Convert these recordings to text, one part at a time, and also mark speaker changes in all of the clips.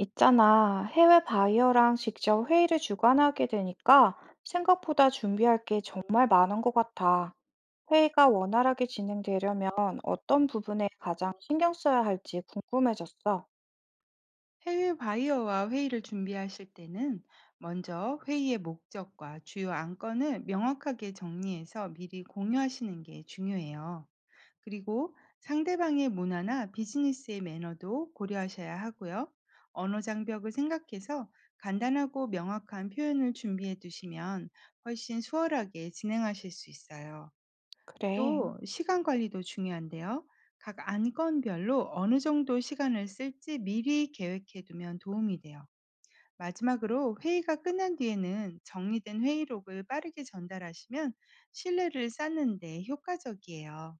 Speaker 1: 있잖아, 해외 바이어랑 직접 회의를 주관하게 되니까 생각보다 준비할 게 정말 많은 것 같아. 회의가 원활하게 진행되려면 어떤 부분에 가장 신경 써야 할지 궁금해졌어.
Speaker 2: 해외 바이어와 회의를 준비하실 때는 먼저 회의의 목적과 주요 안건을 명확하게 정리해서 미리 공유하시는 게 중요해요. 그리고 상대방의 문화나 비즈니스의 매너도 고려하셔야 하고요. 언어 장벽을 생각해서 간단하고 명확한 표현을 준비해 두시면 훨씬 수월하게 진행하실 수 있어요.
Speaker 1: 그래,
Speaker 2: 또 시간 관리도 중요한데요. 각 안건별로 어느 정도 시간을 쓸지 미리 계획해 두면 도움이 돼요. 마지막으로 회의가 끝난 뒤에는 정리된 회의록을 빠르게 전달하시면 신뢰를 쌓는데 효과적이에요.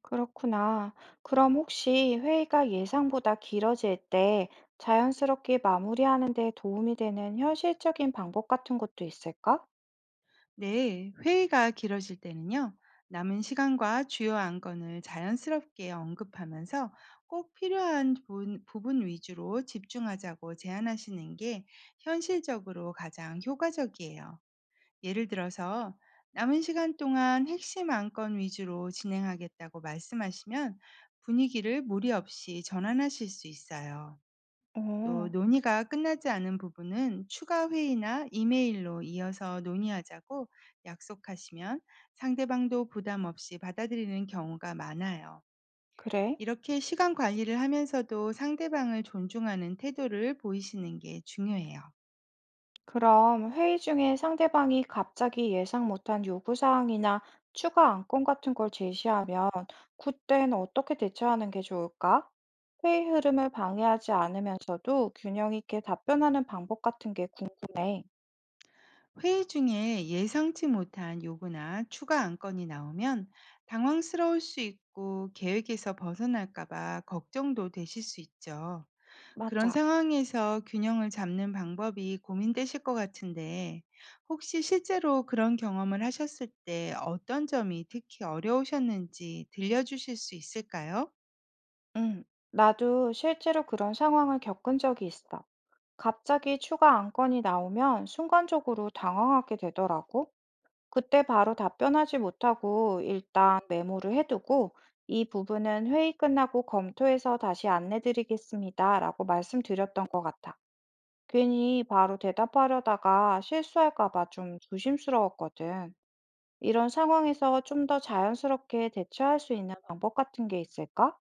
Speaker 1: 그렇구나. 그럼 혹시 회의가 예상보다 길어질 때 자연스럽게 마무리하는 데 도움이 되는 현실적인 방법 같은 것도 있을까?
Speaker 2: 네, 회의가 길어질 때는요. 남은 시간과 주요 안건을 자연스럽게 언급하면서 꼭 필요한 부분, 부분 위주로 집중하자고 제안하시는 게 현실적으로 가장 효과적이에요. 예를 들어서 남은 시간 동안 핵심 안건 위주로 진행하겠다고 말씀하시면 분위기를 무리 없이 전환하실 수 있어요. 또
Speaker 1: 어,
Speaker 2: 논의가 끝나지 않은 부분은 추가 회의나 이메일로 이어서 논의하자고 약속하시면 상대방도 부담 없이 받아들이는 경우가 많아요.
Speaker 1: 그래.
Speaker 2: 이렇게 시간 관리를 하면서도 상대방을 존중하는 태도를 보이시는 게 중요해요.
Speaker 1: 그럼 회의 중에 상대방이 갑자기 예상 못한 요구사항이나 추가 안건 같은 걸 제시하면 그때는 어떻게 대처하는 게 좋을까? 회의 흐름을 방해하지 않으면서도 균형 있게 답변하는 방법 같은 게 궁금해.
Speaker 2: 회의 중에 예상치 못한 요구나 추가 안건이 나오면 당황스러울 수 있고 계획에서 벗어날까봐 걱정도 되실 수 있죠. 그런
Speaker 1: 맞아.
Speaker 2: 상황에서 균형을 잡는 방법이 고민되실 것 같은데 혹시 실제로 그런 경험을 하셨을 때 어떤 점이 특히 어려우셨는지 들려주실 수 있을까요?
Speaker 1: 응. 나도 실제로 그런 상황을 겪은 적이 있어. 갑자기 추가 안건이 나오면 순간적으로 당황하게 되더라고. 그때 바로 답변하지 못하고 일단 메모를 해두고 이 부분은 회의 끝나고 검토해서 다시 안내드리겠습니다. 라고 말씀드렸던 것 같아. 괜히 바로 대답하려다가 실수할까 봐 좀 조심스러웠거든. 이런 상황에서 좀 더 자연스럽게 대처할 수 있는 방법 같은 게 있을까?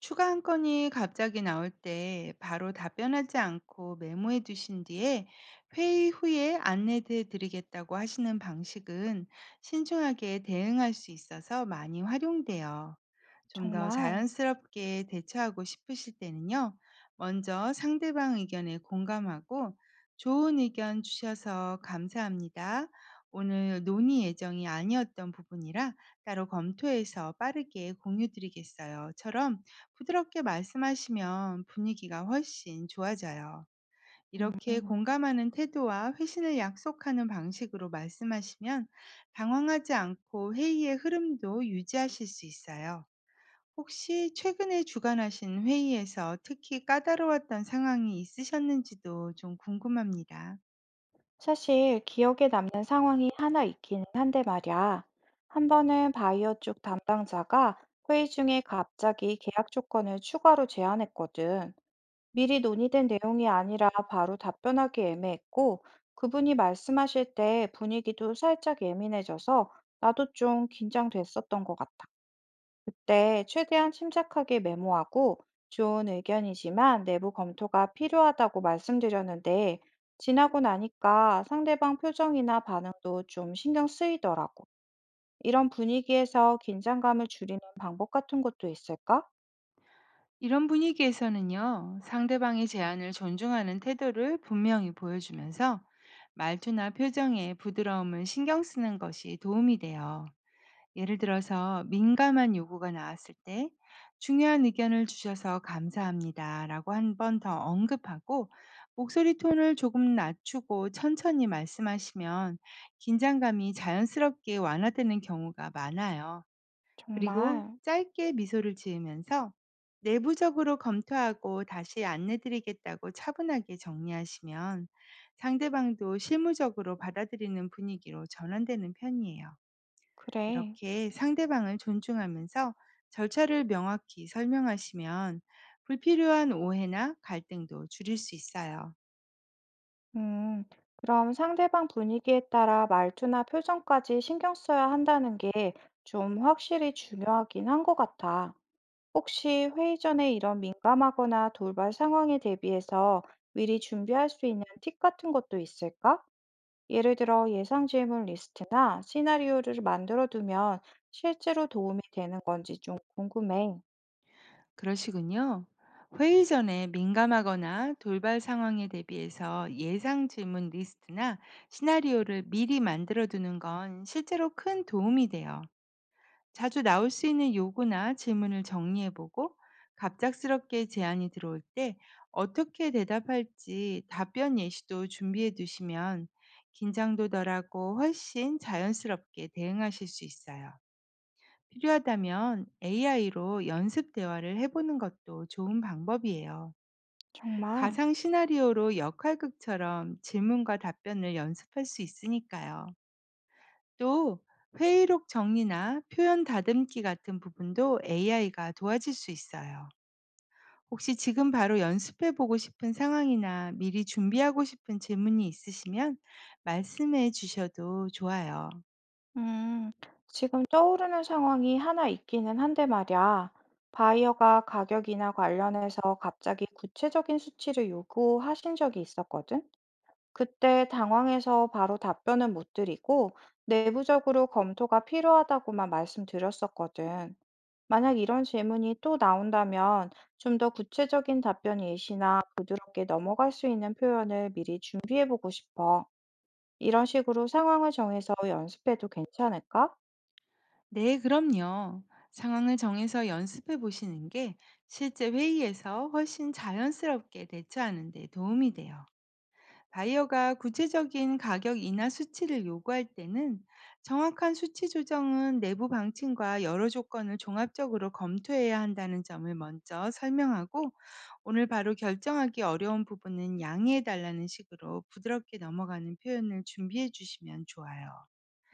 Speaker 2: 추가 한 건이 갑자기 나올 때 바로 답변하지 않고 메모해 두신 뒤에 회의 후에 안내해 드리겠다고 하시는 방식은 신중하게 대응할 수 있어서 많이 활용돼요. 좀 더
Speaker 1: 정말.
Speaker 2: 자연스럽게 대처하고 싶으실 때는요, 먼저 상대방 의견에 공감하고 좋은 의견 주셔서 감사합니다. 오늘 논의 예정이 아니었던 부분이라 따로 검토해서 빠르게 공유 드리겠어요.처럼 부드럽게 말씀하시면 분위기가 훨씬 좋아져요. 이렇게
Speaker 1: 음.
Speaker 2: 공감하는 태도와 회신을 약속하는 방식으로 말씀하시면 당황하지 않고 회의의 흐름도 유지하실 수 있어요. 혹시 최근에 주관하신 회의에서 특히 까다로웠던 상황이 있으셨는지도 좀 궁금합니다.
Speaker 1: 사실 기억에 남는 상황이 하나 있기는 한데 말이야. 한 번은 바이오 쪽 담당자가 회의 중에 갑자기 계약 조건을 추가로 제안했거든. 미리 논의된 내용이 아니라 바로 답변하기 애매했고, 그분이 말씀하실 때 분위기도 살짝 예민해져서 나도 좀 긴장됐었던 것 같아. 그때 최대한 침착하게 메모하고 좋은 의견이지만 내부 검토가 필요하다고 말씀드렸는데 지나고 나니까 상대방 표정이나 반응도 좀 신경 쓰이더라고. 이런 분위기에서 긴장감을 줄이는 방법 같은 것도 있을까?
Speaker 2: 이런 분위기에서는요, 상대방의 제안을 존중하는 태도를 분명히 보여주면서 말투나 표정에 부드러움을 신경 쓰는 것이 도움이 돼요. 예를 들어서 민감한 요구가 나왔을 때 중요한 의견을 주셔서 감사합니다 라고 한 번 더 언급하고 목소리 톤을 조금 낮추고 천천히 말씀하시면 긴장감이 자연스럽게 완화되는 경우가 많아요. 그리고
Speaker 1: 정말,
Speaker 2: 짧게 미소를 지으면서 내부적으로 검토하고 다시 안내드리겠다고 차분하게 정리하시면 상대방도 실무적으로 받아들이는 분위기로 전환되는 편이에요.
Speaker 1: 그래.
Speaker 2: 이렇게 상대방을 존중하면서 절차를 명확히 설명하시면 불필요한 오해나 갈등도 줄일 수 있어요.
Speaker 1: 음, 그럼 상대방 분위기에 따라 말투나 표정까지 신경 써야 한다는 게 좀 확실히 중요하긴 한 것 같아. 혹시 회의 전에 이런 민감하거나 돌발 상황에 대비해서 미리 준비할 수 있는 팁 같은 것도 있을까? 예를 들어 예상 질문 리스트나 시나리오를 만들어 두면 실제로 도움이 되는 건지 좀 궁금해.
Speaker 2: 그러시군요. 회의 전에 민감하거나 돌발 상황에 대비해서 예상 질문 리스트나 시나리오를 미리 만들어 두는 건 실제로 큰 도움이 돼요. 자주 나올 수 있는 요구나 질문을 정리해 보고 갑작스럽게 제안이 들어올 때 어떻게 대답할지 답변 예시도 준비해 두시면 긴장도 덜하고 훨씬 자연스럽게 대응하실 수 있어요. 필요하다면 AI로 연습 대화를 해보는 것도 좋은 방법이에요.
Speaker 1: 정말?
Speaker 2: 가상 시나리오로 역할극처럼 질문과 답변을 연습할 수 있으니까요. 또 회의록 정리나 표현 다듬기 같은 부분도 AI가 도와줄 수 있어요. 혹시 지금 바로 연습해 보고 싶은 상황이나 미리 준비하고 싶은 질문이 있으시면 말씀해 주셔도 좋아요.
Speaker 1: 음, 지금 떠오르는 상황이 하나 있기는 한데 말이야. 바이어가 가격이나 관련해서 갑자기 구체적인 수치를 요구하신 적이 있었거든. 그때 당황해서 바로 답변은 못 드리고 내부적으로 검토가 필요하다고만 말씀드렸었거든. 만약 이런 질문이 또 나온다면 좀 더 구체적인 답변 예시나 부드럽게 넘어갈 수 있는 표현을 미리 준비해보고 싶어. 이런 식으로 상황을 정해서 연습해도 괜찮을까?
Speaker 2: 네, 그럼요. 상황을 정해서 연습해 보시는 게 실제 회의에서 훨씬 자연스럽게 대처하는 데 도움이 돼요. 바이어가 구체적인 가격 인하 수치를 요구할 때는 정확한 수치 조정은 내부 방침과 여러 조건을 종합적으로 검토해야 한다는 점을 먼저 설명하고 오늘 바로 결정하기 어려운 부분은 양해해 달라는 식으로 부드럽게 넘어가는 표현을 준비해 주시면 좋아요.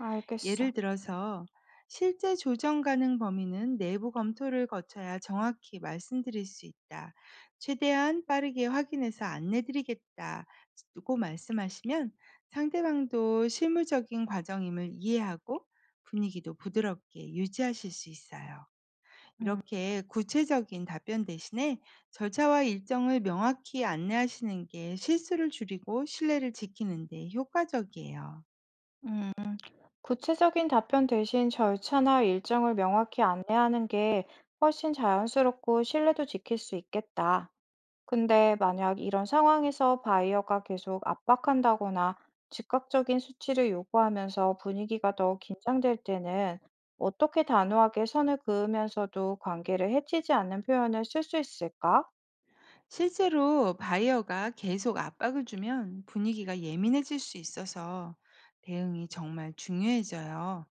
Speaker 1: 알겠어.
Speaker 2: 예를 들어서 실제 조정 가능 범위는 내부 검토를 거쳐야 정확히 말씀드릴 수 있다. 최대한 빠르게 확인해서 안내드리겠다고 말씀하시면 상대방도 실무적인 과정임을 이해하고 분위기도 부드럽게 유지하실 수 있어요. 이렇게 구체적인 답변 대신에 절차와 일정을 명확히 안내하시는 게 실수를 줄이고 신뢰를 지키는 데 효과적이에요.
Speaker 1: 구체적인 답변 대신 절차나 일정을 명확히 안내하는 게 훨씬 자연스럽고 신뢰도 지킬 수 있겠다. 근데 만약 이런 상황에서 바이어가 계속 압박한다거나 즉각적인 수치를 요구하면서 분위기가 더 긴장될 때는 어떻게 단호하게 선을 그으면서도 관계를 해치지 않는 표현을 쓸 수 있을까?
Speaker 2: 실제로 바이어가 계속 압박을 주면 분위기가 예민해질 수 있어서 대응이 정말 중요해져요.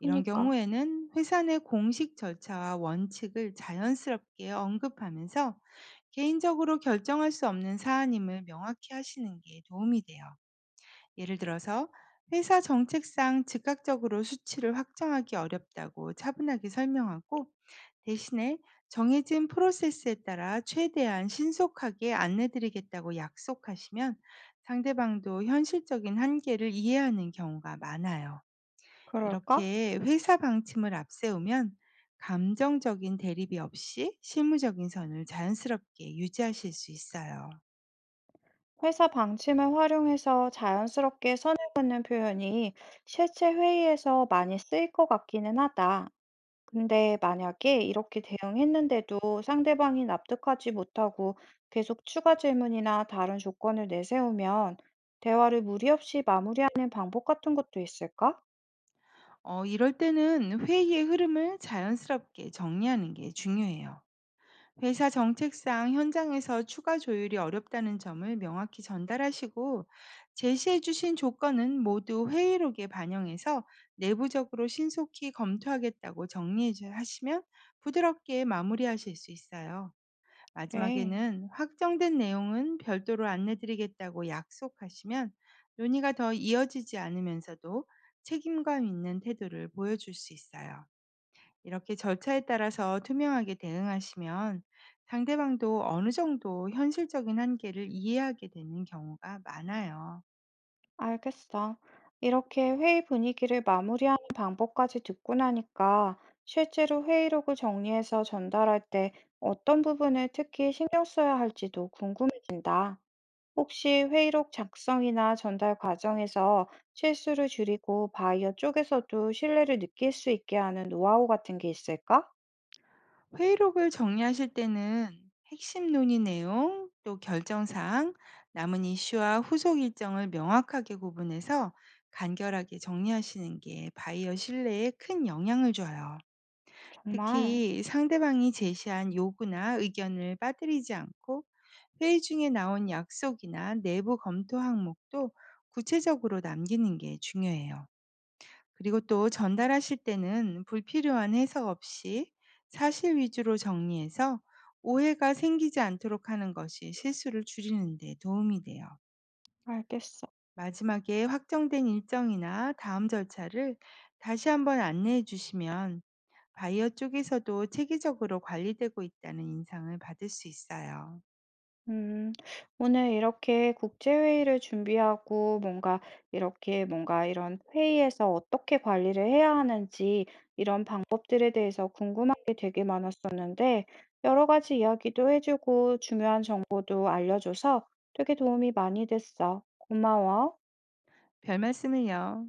Speaker 2: 이런 경우에는 회사 내 공식 절차와 원칙을 자연스럽게 언급하면서 개인적으로 결정할 수 없는 사안임을 명확히 하시는 게 도움이 돼요. 예를 들어서 회사 정책상 즉각적으로 수치를 확정하기 어렵다고 차분하게 설명하고 대신에 정해진 프로세스에 따라 최대한 신속하게 안내드리겠다고 약속하시면 상대방도 현실적인 한계를 이해하는 경우가 많아요.
Speaker 1: 그럴까?
Speaker 2: 이렇게 회사 방침을 앞세우면 감정적인 대립이 없이 실무적인 선을 자연스럽게 유지하실 수 있어요.
Speaker 1: 회사 방침을 활용해서 자연스럽게 선을 긋는 표현이 실제 회의에서 많이 쓰일 것 같기는 하다. 근데 만약에 이렇게 대응했는데도 상대방이 납득하지 못하고 계속 추가 질문이나 다른 조건을 내세우면 대화를 무리 없이 마무리하는 방법 같은 것도 있을까?
Speaker 2: 이럴 때는 회의의 흐름을 자연스럽게 정리하는 게 중요해요. 회사 정책상 현장에서 추가 조율이 어렵다는 점을 명확히 전달하시고 제시해 주신 조건은 모두 회의록에 반영해서 내부적으로 신속히 검토하겠다고 하시면 부드럽게 마무리하실 수 있어요.
Speaker 1: 그래,
Speaker 2: 마지막에는 확정된 내용은 별도로 안내드리겠다고 약속하시면 논의가 더 이어지지 않으면서도 책임감 있는 태도를 보여줄 수 있어요. 이렇게 절차에 따라서 투명하게 대응하시면 상대방도 어느 정도 현실적인 한계를 이해하게 되는 경우가 많아요.
Speaker 1: 알겠어. 이렇게 회의 분위기를 마무리하는 방법까지 듣고 나니까 실제로 회의록을 정리해서 전달할 때 어떤 부분을 특히 신경 써야 할지도 궁금해진다. 혹시 회의록 작성이나 전달 과정에서 실수를 줄이고 바이어 쪽에서도 신뢰를 느낄 수 있게 하는 노하우 같은 게 있을까?
Speaker 2: 회의록을 정리하실 때는 핵심 논의 내용, 또 결정사항, 남은 이슈와 후속 일정을 명확하게 구분해서 간결하게 정리하시는 게 바이어 신뢰에 큰 영향을 줘요.
Speaker 1: 정말.
Speaker 2: 특히 상대방이 제시한 요구나 의견을 빠뜨리지 않고 회의 중에 나온 약속이나 내부 검토 항목도 구체적으로 남기는 게 중요해요. 그리고 또 전달하실 때는 불필요한 해석 없이 사실 위주로 정리해서 오해가 생기지 않도록 하는 것이 실수를 줄이는 데 도움이 돼요.
Speaker 1: 알겠어.
Speaker 2: 마지막에 확정된 일정이나 다음 절차를 다시 한번 안내해 주시면 바이어 쪽에서도 체계적으로 관리되고 있다는 인상을 받을 수 있어요.
Speaker 1: 음, 오늘 이렇게 국제회의를 준비하고 뭔가 이렇게 뭔가 이런 회의에서 어떻게 관리를 해야 하는지 이런 방법들에 대해서 궁금한 게 되게 많았었는데 여러 가지 이야기도 해주고 중요한 정보도 알려줘서 되게 도움이 많이 됐어. 고마워.
Speaker 2: 별 말씀을요.